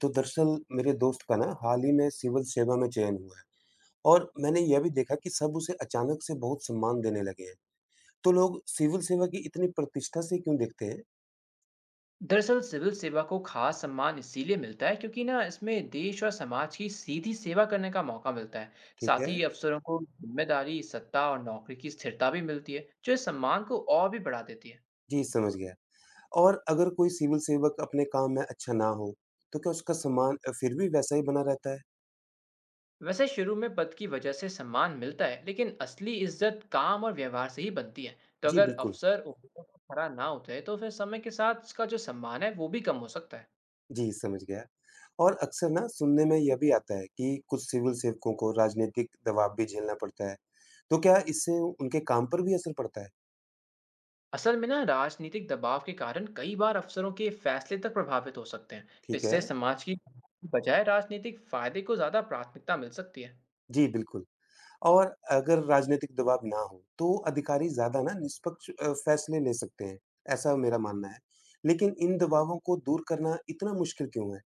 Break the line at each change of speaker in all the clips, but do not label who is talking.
तो दरअसल मेरे दोस्त का ना हाल ही में सिविल सेवा में चयन हुआ है। और मैंने यह भी देखा कि सब उसे अचानक से बहुत सम्मान देने लगे हैं। तो लोग सिविल सेवा की इतनी प्रतिष्ठा से क्यों देखते हैं?
दरअसल सिविल सेवा को खास सम्मान इसीलिए मिलता है क्योंकि ना इसमें देश और समाज की सीधी सेवा करने का मौका मिलता है।
ठीक
साथ
है।
ही अफसरों को जिम्मेदारी सत्ता और नौकरी की स्थिरता भी मिलती है जो इस सम्मान को और भी बढ़ा देती है।
जी, समझ गया। और अगर कोई सिविल सेवक अपने काम में अच्छा ना हो, तो क्या उसका सम्मान फिर भी वैसा ही बना रहता है?
वैसे शुरू में पद की वजह से सम्मान मिलता है लेकिन असली इज्जत काम और व्यवहार से ही बनती है। तो
जी,
अगर
बिल्कुल।
अफसर उम्मीदों पर खरा ना उतरे तो फिर समय के साथ इसका जो सम्मान है वो भी कम हो सकता है।
जी, समझ गया। और अक्सर ना सुनने में यह भी आता है कि कुछ सिविल सेवकों को राजनीतिक दबाव भी झेलना पड़ता है। तो क्या इससे उनके काम पर भी असर पड़ता है?
असल में ना राजनीतिक दबाव के कारण कई बार अफसरों के फैसले तक प्रभावित हो सकते हैं।
ठीक है।
इससे समाज की बजाय राजनीतिक फायदे को ज्यादा प्राथमिकता मिल सकती है।
जी, बिल्कुल। और अगर राजनीतिक दबाव ना हो, तो अधिकारी ज़्यादा ना निष्पक्ष फैसले ले सकते हैं, ऐसा मेरा मानना है। लेकिन इन दबावों को दूर करना इतना मुश्किल क्यों है?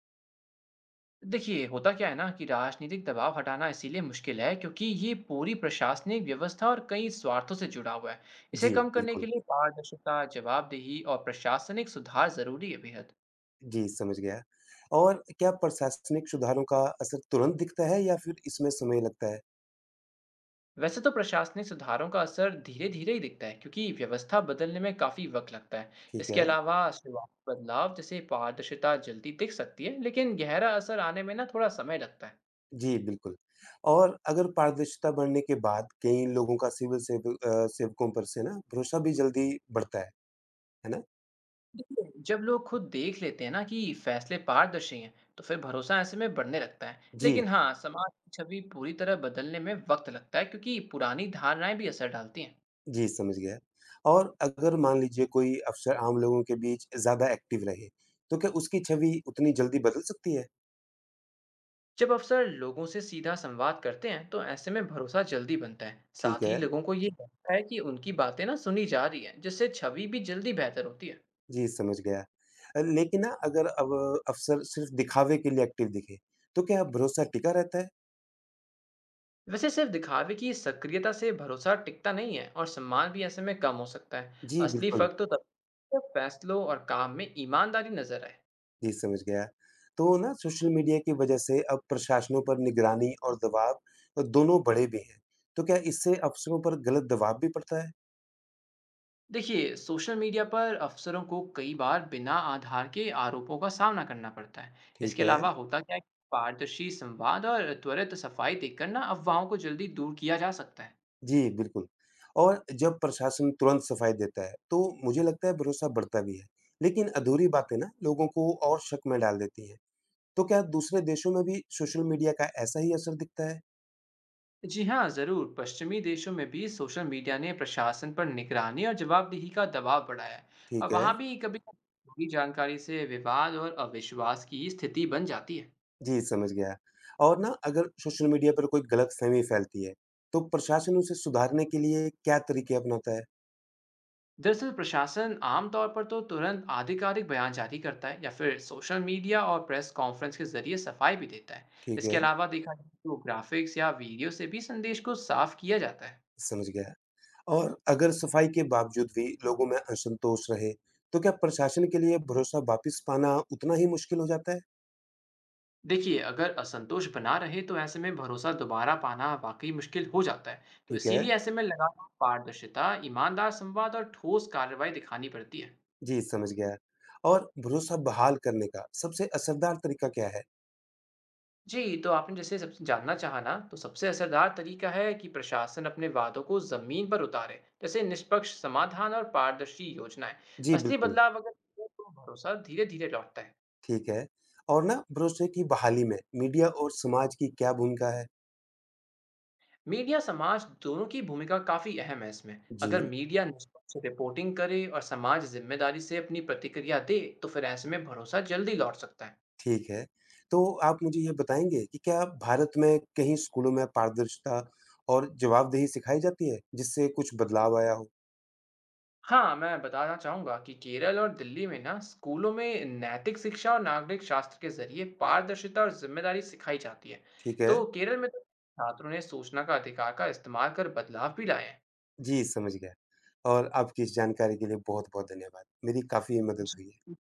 देखिए होता क्या है ना कि राजनीतिक दबाव हटाना इसीलिए मुश्किल है क्योंकि ये पूरी प्रशासनिक व्यवस्था और कई स्वार्थों से जुड़ा हुआ है। इसे
जी,
कम करने के
बिल्कुल।
लिए पारदर्शिता जवाबदेही और प्रशासनिक सुधार जरूरी है बेहद।
जी, समझ गया। और क्या प्रशासनिक सुधारों का असर तुरंत दिखता है या फिर इसमें समय लगता है?
वैसे तो प्रशासनिक सुधारों का असर धीरे धीरे ही दिखता है क्योंकि व्यवस्था बदलने में काफी वक्त लगता है।
ठीक
इसके
है।
अलावा शुरुआती बदलाव जैसे पारदर्शिता जल्दी दिख सकती है लेकिन गहरा असर आने में ना थोड़ा समय लगता है।
जी, बिल्कुल। और अगर पारदर्शिता बढ़ने के बाद कई लोगों का सेवकों पर से ना भरोसा भी जल्दी बढ़ता है ना?
जब लोग खुद देख लेते हैं ना कि फैसले पारदर्शी हैं तो फिर भरोसा ऐसे में बढ़ने लगता है
जी।
लेकिन हाँ समाज की छवि पूरी तरह बदलने में वक्त लगता है क्योंकि पुरानी धारणाएं भी असर डालती हैं।
जी, समझ गया। और अगर मान लीजिए कोई अफ़सर आम लोगों के बीच ज़्यादा एक्टिव रहे, तो क्या उसकी छवि उतनी जल्दी बदल सकती है?
जब अफसर लोगों से सीधा संवाद करते हैं तो ऐसे में भरोसा जल्दी बनता है।
ठीक
साथ ही
है,
लोगों को ये लगता है कि उनकी बातें ना सुनी जा रही हैं जिससे छवि भी जल्दी बेहतर होती है।
जी समझ गया। लेकिन ना अगर अब अफ़सर सिर्फ़ दिखावे के लिए एक्टिव दिखे, तो क्या भरोसा टिका रहता है?
वैसे सिर्फ दिखावे की सक्रियता से भरोसा टिकता नहीं है और सम्मान भी ऐसे में कम हो सकता है।
जी,
असली
बिल्कुल।
फर्क तो तब जब फैसलों और काम में ईमानदारी नजर आए।
जी, समझ गया। तो ना सोशल मीडिया की वजह से अब प्रशासनों पर निगरानी और दबाव दोनों बढ़े भी हैं। तो क्या इससे अफ़सरों पर गलत दबाव भी पड़ता है?
देखिए सोशल मीडिया पर अफसरों को कई बार बिना आधार के आरोपों का सामना करना पड़ता है। इसके
ठीक है।
अलावा होता क्या है कि पारदर्शी संवाद और त्वरित सफाई देखकर ना अफवाहों को जल्दी दूर किया जा सकता है।
जी, बिल्कुल। और जब प्रशासन तुरंत सफाई देता है, तो मुझे लगता है भरोसा बढ़ता भी है। लेकिन अधूरी बातें ना लोगों को और शक में डाल देती हैं। तो क्या दूसरे देशों में भी सोशल मीडिया का ऐसा ही असर दिखता है?
जी हाँ जरूर, पश्चिमी देशों में भी सोशल मीडिया ने प्रशासन पर निगरानी और जवाबदेही का दबाव बढ़ाया है। और
ठीक है।
वहाँ भी कभी कभी जानकारी से विवाद और अविश्वास की स्थिति बन जाती है।
जी, समझ गया। और ना अगर सोशल मीडिया पर कोई गलतफहमी फैलती है, तो प्रशासन उसे सुधारने के लिए क्या तरीके अपनाता है?
दरअसल प्रशासन आमतौर पर तो तुरंत आधिकारिक बयान जारी करता है या फिर सोशल मीडिया और प्रेस कॉन्फ्रेंस के जरिए सफाई भी देता है।
ठीक
इसके
है,
अलावा देखा जाए तो ग्राफिक्स या वीडियो से भी संदेश को साफ किया जाता है।
समझ गया। और अगर सफाई के बावजूद भी लोगों में असंतोष रहे, तो क्या प्रशासन के लिए भरोसा वापिस पाना उतना ही मुश्किल हो जाता है?
देखिए अगर असंतोष बना रहे तो ऐसे में भरोसा दोबारा पाना वाकई मुश्किल हो जाता है। तो
ठीक है।
इसीलिए ऐसे में लगातार पारदर्शिता ईमानदार संवाद और ठोस कार्रवाई दिखानी पड़ती है।
जी, समझ गया। और भरोसा बहाल करने का सबसे असरदार तरीका क्या है?
जी, तो आपने जैसे सब जानना चाहा ना, तो सबसे असरदार तरीका है कि प्रशासन अपने वादों को ज़मीन पर उतारे, जैसे निष्पक्ष समाधान और पारदर्शी योजनाएँ।
जी,
असली
बिल्कुल।
बदलाव अगर हो, तो भरोसा धीरे-धीरे लौटता है।
ठीक है। और ना भरोसे की बहाली में मीडिया और समाज की क्या भूमिका है?
मीडिया, समाज दोनों की भूमिका काफ़ी अहम है इसमें। अगर
जी,
मीडिया निष्पक्ष रिपोर्टिंग करे और समाज जिम्मेदारी से अपनी प्रतिक्रिया दे, तो फिर ऐसे में भरोसा जल्दी लौट सकता है।
ठीक है। तो आप मुझे ये बताएँगे कि क्या भारत में कहीं स्कूलों में पारदर्शिता और जवाबदेही सिखाई जाती है, जिससे कुछ बदलाव आया हो?
हाँ, मैं बताना चाहूँगा कि केरल और दिल्ली में ना स्कूलों में नैतिक शिक्षा और नागरिक शास्त्र के ज़रिए पारदर्शिता और ज़िम्मेदारी सिखाई जाती है।
ठीक है।
तो केरल में तो छात्रों ने सूचना का अधिकार का इस्तेमाल कर बदलाव भी लाए हैं।
जी, समझ गया। और आपकी इस जानकारी के लिए बहुत-बहुत धन्यवाद। मेरी काफ़ी मदद हुई है।
जी।